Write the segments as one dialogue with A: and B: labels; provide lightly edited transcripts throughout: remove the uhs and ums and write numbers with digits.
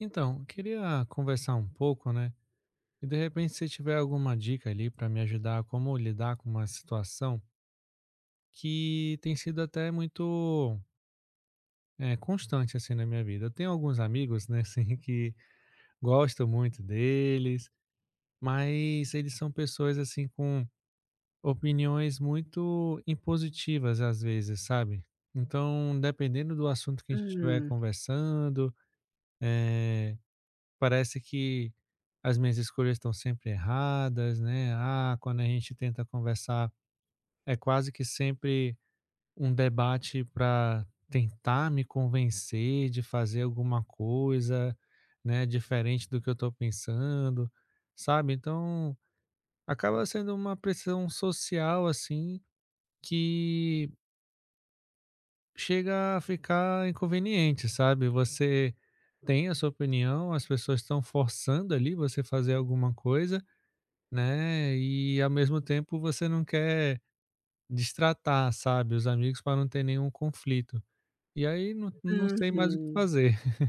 A: Então, eu queria conversar um pouco, né? E de repente, se tiver alguma dica ali para me ajudar a como lidar com uma situação que tem sido até muito constante assim na minha vida. Eu tenho alguns amigos, né, assim, que gosto muito deles, mas eles são pessoas assim com opiniões muito impositivas às vezes, sabe? Então, dependendo do assunto que a gente estiver
B: Hum,
A: conversando, eh, Parece que as minhas escolhas estão sempre erradas, né? Ah, quando a gente tenta conversar, é quase que sempre um debate para tentar me convencer de fazer alguma coisa, né, diferente do que eu estou pensando, sabe? Então, acaba sendo uma pressão social assim que chega a ficar inconveniente, sabe? Você tem a sua opinião, as pessoas estão forçando ali você fazer alguma coisa. Né, e ao mesmo tempo você não quer destratar, sabe, os amigos para não ter nenhum conflito. E aí não sei mais o que
B: uhum.
A: fazer.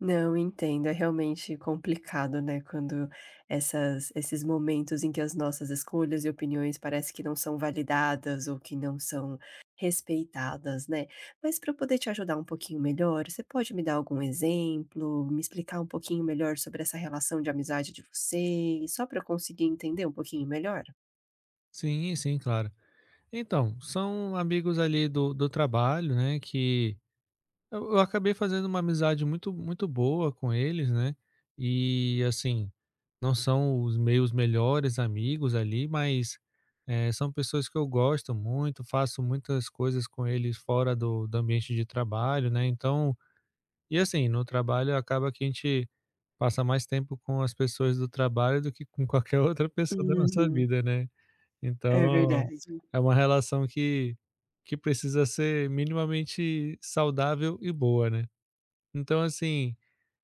B: Não, entendo, é realmente complicado, né, quando essas esses momentos em que as nossas escolhas e opiniões parece que não são validadas ou que não são respeitadas, né. Mas para eu poder te ajudar um pouquinho melhor, você pode me dar algum exemplo, me explicar um pouquinho melhor sobre essa relação de amizade de vocês, só para eu conseguir entender um pouquinho melhor?
A: Sim, sim, claro. Então, são amigos ali do trabalho, né, que eu acabei fazendo uma amizade muito muito boa com eles, né, e assim, não são os meus melhores amigos ali, mas, são pessoas que eu gosto muito, faço muitas coisas com eles fora do ambiente de trabalho, né, então. E assim, no trabalho acaba que a gente passa mais tempo com as pessoas do trabalho do que com qualquer outra pessoa da nossa
B: Uhum,
A: vida, né.
B: é
A: Então,
B: verdade.
A: é uma relação que precisa ser minimamente saudável e boa, né. Então assim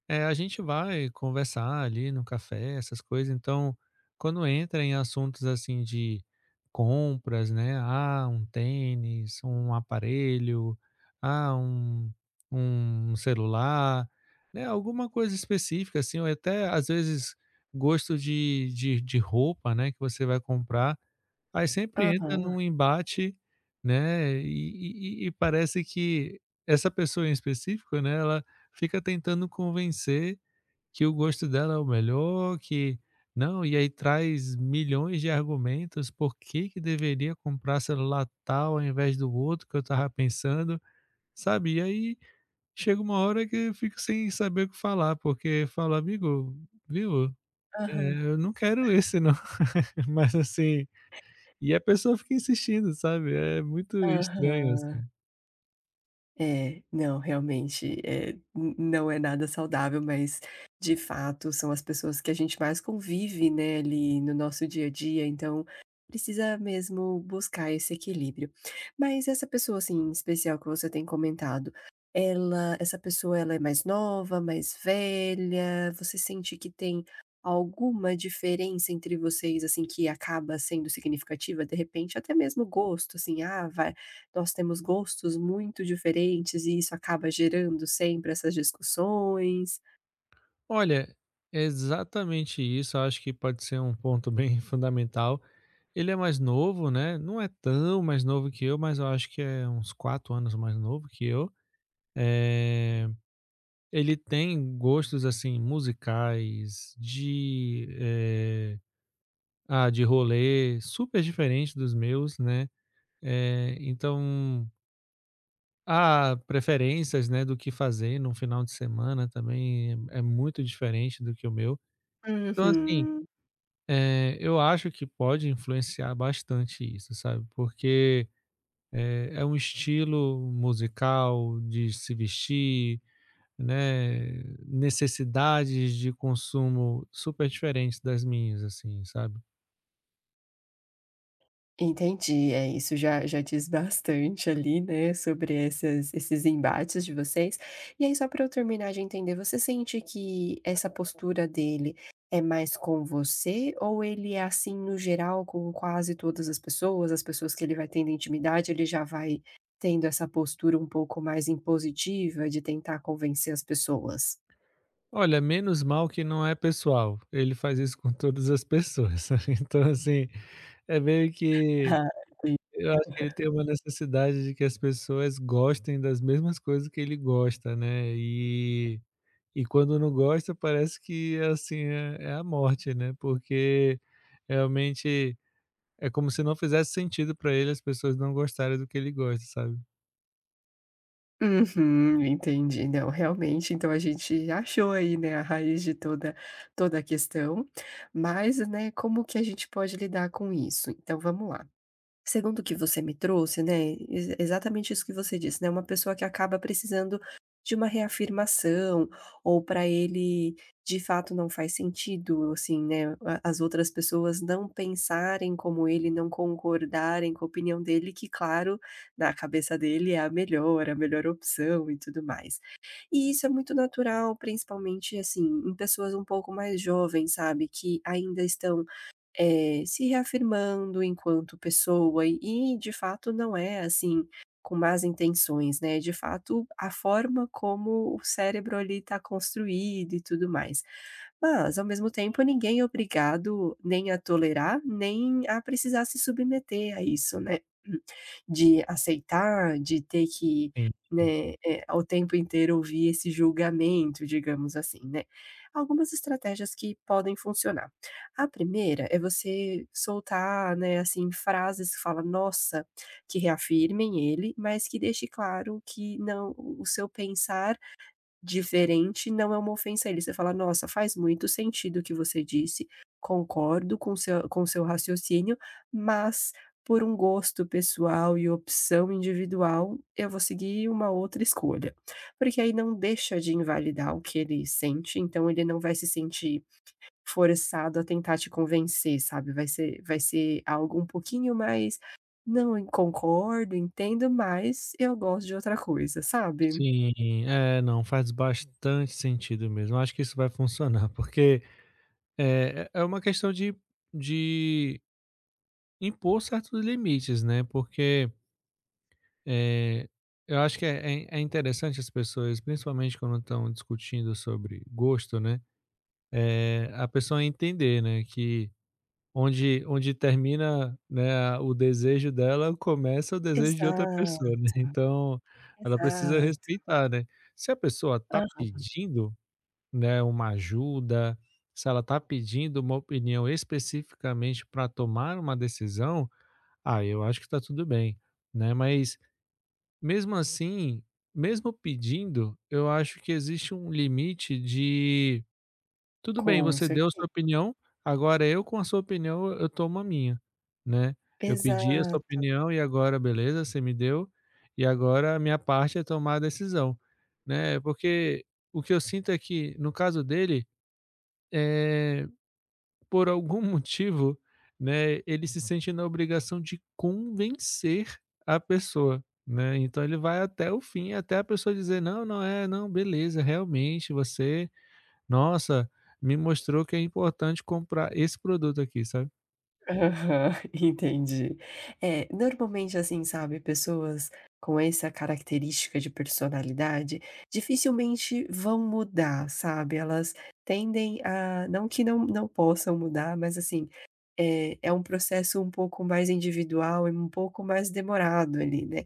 A: é, a gente vai conversar ali no café, essas coisas. Então, quando entra em assuntos assim de compras, né? Ah, um tênis, um aparelho, ah, um celular, né? Alguma coisa específica, assim, ou até às vezes gosto de roupa, né? Que você vai comprar. Aí sempre entra
B: Aham,
A: num embate, né, e parece que essa pessoa em específico, né, ela fica tentando convencer que o gosto dela é o melhor, que não, e aí traz milhões de argumentos por que que deveria comprar celular tal ao invés do outro que eu tava pensando, sabe. E aí chega uma hora que eu fico sem saber o que falar, porque falo: "Amigo, viu,
B: aham,
A: eu não quero esse não", mas assim e a pessoa fica insistindo, sabe, é muito estranho,
B: aham.
A: assim.
B: É, não, realmente, n não é nada saudável, mas, de fato, são as pessoas que a gente mais convive, né, ali no nosso dia a dia, então precisa mesmo buscar esse equilíbrio. Mas essa pessoa, assim, especial que você tem comentado, ela essa pessoa, ela é mais nova, mais velha? Você sente que tem alguma diferença entre vocês, assim, que acaba sendo significativa? De repente, até mesmo gosto, assim, ah, vai nós temos gostos muito diferentes e isso acaba gerando sempre essas discussões.
A: Olha, é exatamente isso. Eu acho que pode ser um ponto bem fundamental. Ele é mais novo, né, não é tão mais novo que eu, mas eu acho que é uns 4 anos mais novo que eu. Eh, Ele tem gostos, assim, musicais, de, ah, de rolê super diferente dos meus, né, então. Ah, preferências, né, do que fazer num final de semana também é muito diferente do que o meu. Então, assim,
B: Uhum.
A: eu acho que pode influenciar bastante isso, sabe, porque, é um estilo musical de se vestir, né, necessidades de consumo super diferentes das minhas, assim, sabe.
B: Entendi, é, isso já diz bastante ali, né, sobre essas esses embates de vocês. E aí só para eu terminar de entender, você sente que essa postura dele é mais com você ou ele é assim no geral com quase todas as pessoas? As pessoas que ele vai tendo intimidade, ele já vai tendo essa postura um pouco mais impositiva de tentar convencer as pessoas?
A: Olha, menos mal que não é pessoal, ele faz isso com todas as pessoas, então, assim, é meio que.
B: Ah, sim.
A: Eu acho que ele tem uma necessidade de que as pessoas gostem das mesmas coisas que ele gosta, né, e quando não gosta parece que, assim, é a morte, né, porque realmente é como se não fizesse sentido para ele as pessoas não gostarem do que ele gosta, sabe?
B: Uhum, entendi. Não, realmente, então a gente achou aí, né, a raiz de toda a questão, mas, né, como que a gente pode lidar com isso? Então vamos lá. Segundo o que você me trouxe, né, ex exatamente isso que você disse, né, uma pessoa que acaba precisando de uma reafirmação, ou para ele, de fato, não faz sentido, assim, né, a as outras pessoas não pensarem como ele, não concordarem com a opinião dele, que claro, na cabeça dele é a melhor opção e tudo mais. E isso é muito natural, principalmente, assim, em pessoas um pouco mais jovens, sabe, que ainda estão se reafirmando enquanto pessoa e de fato não é assim com más intenções, né, de fato a forma como o cérebro ali está construído e tudo mais. Mas, ao mesmo tempo, ninguém é obrigado nem a tolerar, nem a precisar se submeter a isso, né. De aceitar, de ter que,
A: Sim,
B: né, eh, o tempo inteiro ouvir esse julgamento, digamos assim, né. Algumas estratégias que podem funcionar. A primeira é você soltar, né, assim, frases que falam "nossa", que reafirmem ele, mas que deixe claro que não o seu pensar diferente não é uma ofensa a ele. Você fala: "Nossa, faz muito sentido o que você disse, concordo com seu raciocínio, mas por um gosto pessoal e opção individual, eu vou seguir uma outra escolha". Porque aí não deixa de invalidar o que ele sente, então ele não vai se sentir forçado a tentar te convencer, sabe, vai ser algo um pouquinho mais: "Não, eu concordo, entendo, mas eu gosto de outra coisa", sabe?
A: sim, é, não, faz bastante sentido mesmo. Acho que isso vai funcionar, porque é uma questão de impor certos limites, né, porque. Eh, eu acho que é interessante as pessoas, principalmente quando estão discutindo sobre gosto, né, a pessoa entender, né, que onde termina, né, o desejo dela, começa o desejo de outra pessoa, né,
B: Exato.
A: então ela precisa
B: Exato.
A: respeitar, né. Se a pessoa está
B: Ah,
A: pedindo, né, uma ajuda, se ela está pedindo uma opinião especificamente para tomar uma decisão, ah, eu acho que está tudo bem, né, mas mesmo assim, mesmo pedindo, eu acho que existe um limite de tudo bem,
B: com
A: você deu sua
B: certeza.
A: opinião, agora eu com a sua opinião eu tomo a minha, né. Eu pedi a sua
B: Exato.
A: opinião e agora beleza, você me deu, e agora a minha parte é tomar a decisão, né. Porque o que eu sinto é que, no caso dele, eh por algum motivo, né, ele se sente na obrigação de convencer a pessoa, né? Então ele vai até o fim, até a pessoa dizer: "Não, não é, não, beleza, realmente você, nossa, me mostrou que é importante comprar esse produto aqui", sabe?
B: Aham, entendi. É, normalmente assim, sabe, pessoas com essa característica de personalidade, dificilmente vão mudar, sabe, elas tendem a não que não possam mudar, mas assim, é, é um processo um pouco mais individual e um pouco mais demorado ali, né.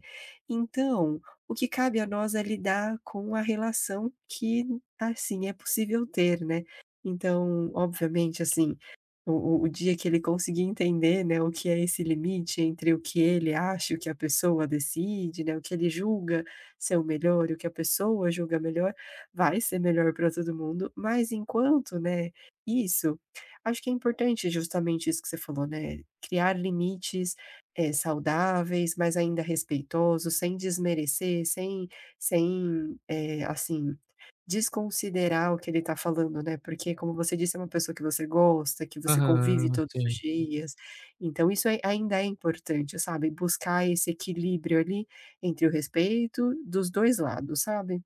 B: Então, o que cabe a nós é lidar com a relação que, assim, é possível ter, né. Então, obviamente, assim, o o dia que ele conseguir entender, né, o que é esse limite entre o que ele acha, e o que a pessoa decide, né, o que ele julga ser o melhor e o que a pessoa julga melhor, vai ser melhor para todo mundo, mas enquanto, né, isso acho que é importante justamente isso que você falou, né, criar limites, eh, saudáveis, mas ainda respeitosos, sem desmerecer, sem eh, assim, desconsiderar o que ele está falando, né, porque como você disse, é uma pessoa que você gosta, que você convive
A: Aham,
B: todos os
A: sim.
B: dias, então isso ai ainda é importante, sabe, buscar esse equilíbrio ali entre o respeito dos dois lados, sabe?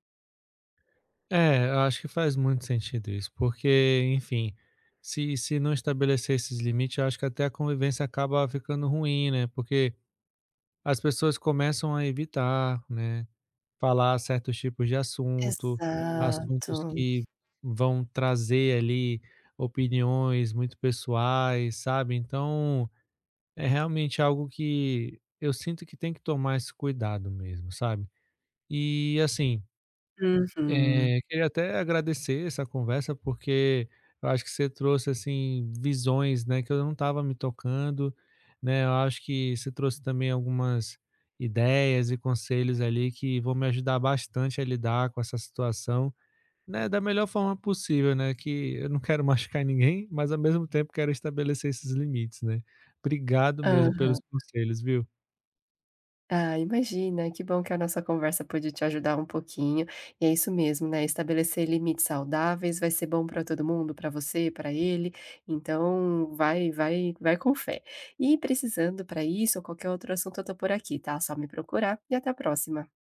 A: É, eu acho que faz muito sentido isso, porque, enfim, se não estabelecer esses limites, eu acho que até a convivência acaba ficando ruim, né? Porque as pessoas começam a evitar, né? Falar certos tipos de assunto,
B: Exato.
A: assuntos que vão trazer ali opiniões muito pessoais, sabe. Então, é realmente algo que eu sinto que tem que tomar esse cuidado mesmo, sabe. E assim
B: Uhum.
A: queria até agradecer essa conversa, porque eu acho que você trouxe, assim, visões, né, que eu não estava me tocando, né. Eu acho que você trouxe também algumas ideias e conselhos ali que vão me ajudar bastante a lidar com essa situação, né, da melhor forma possível, né, que eu não quero machucar ninguém, mas ao mesmo tempo quero estabelecer esses limites, né. Obrigado mesmo pelos
B: Aham.
A: conselhos, viu?
B: Ah, imagina, que bom que a nossa conversa pôde te ajudar um pouquinho. E é isso mesmo, né? Estabelecer limites saudáveis vai ser bom para todo mundo, para você, para ele. Então, vai com fé. E precisando para isso ou qualquer outro assunto, eu tô por aqui, tá? Só me procurar e até a próxima.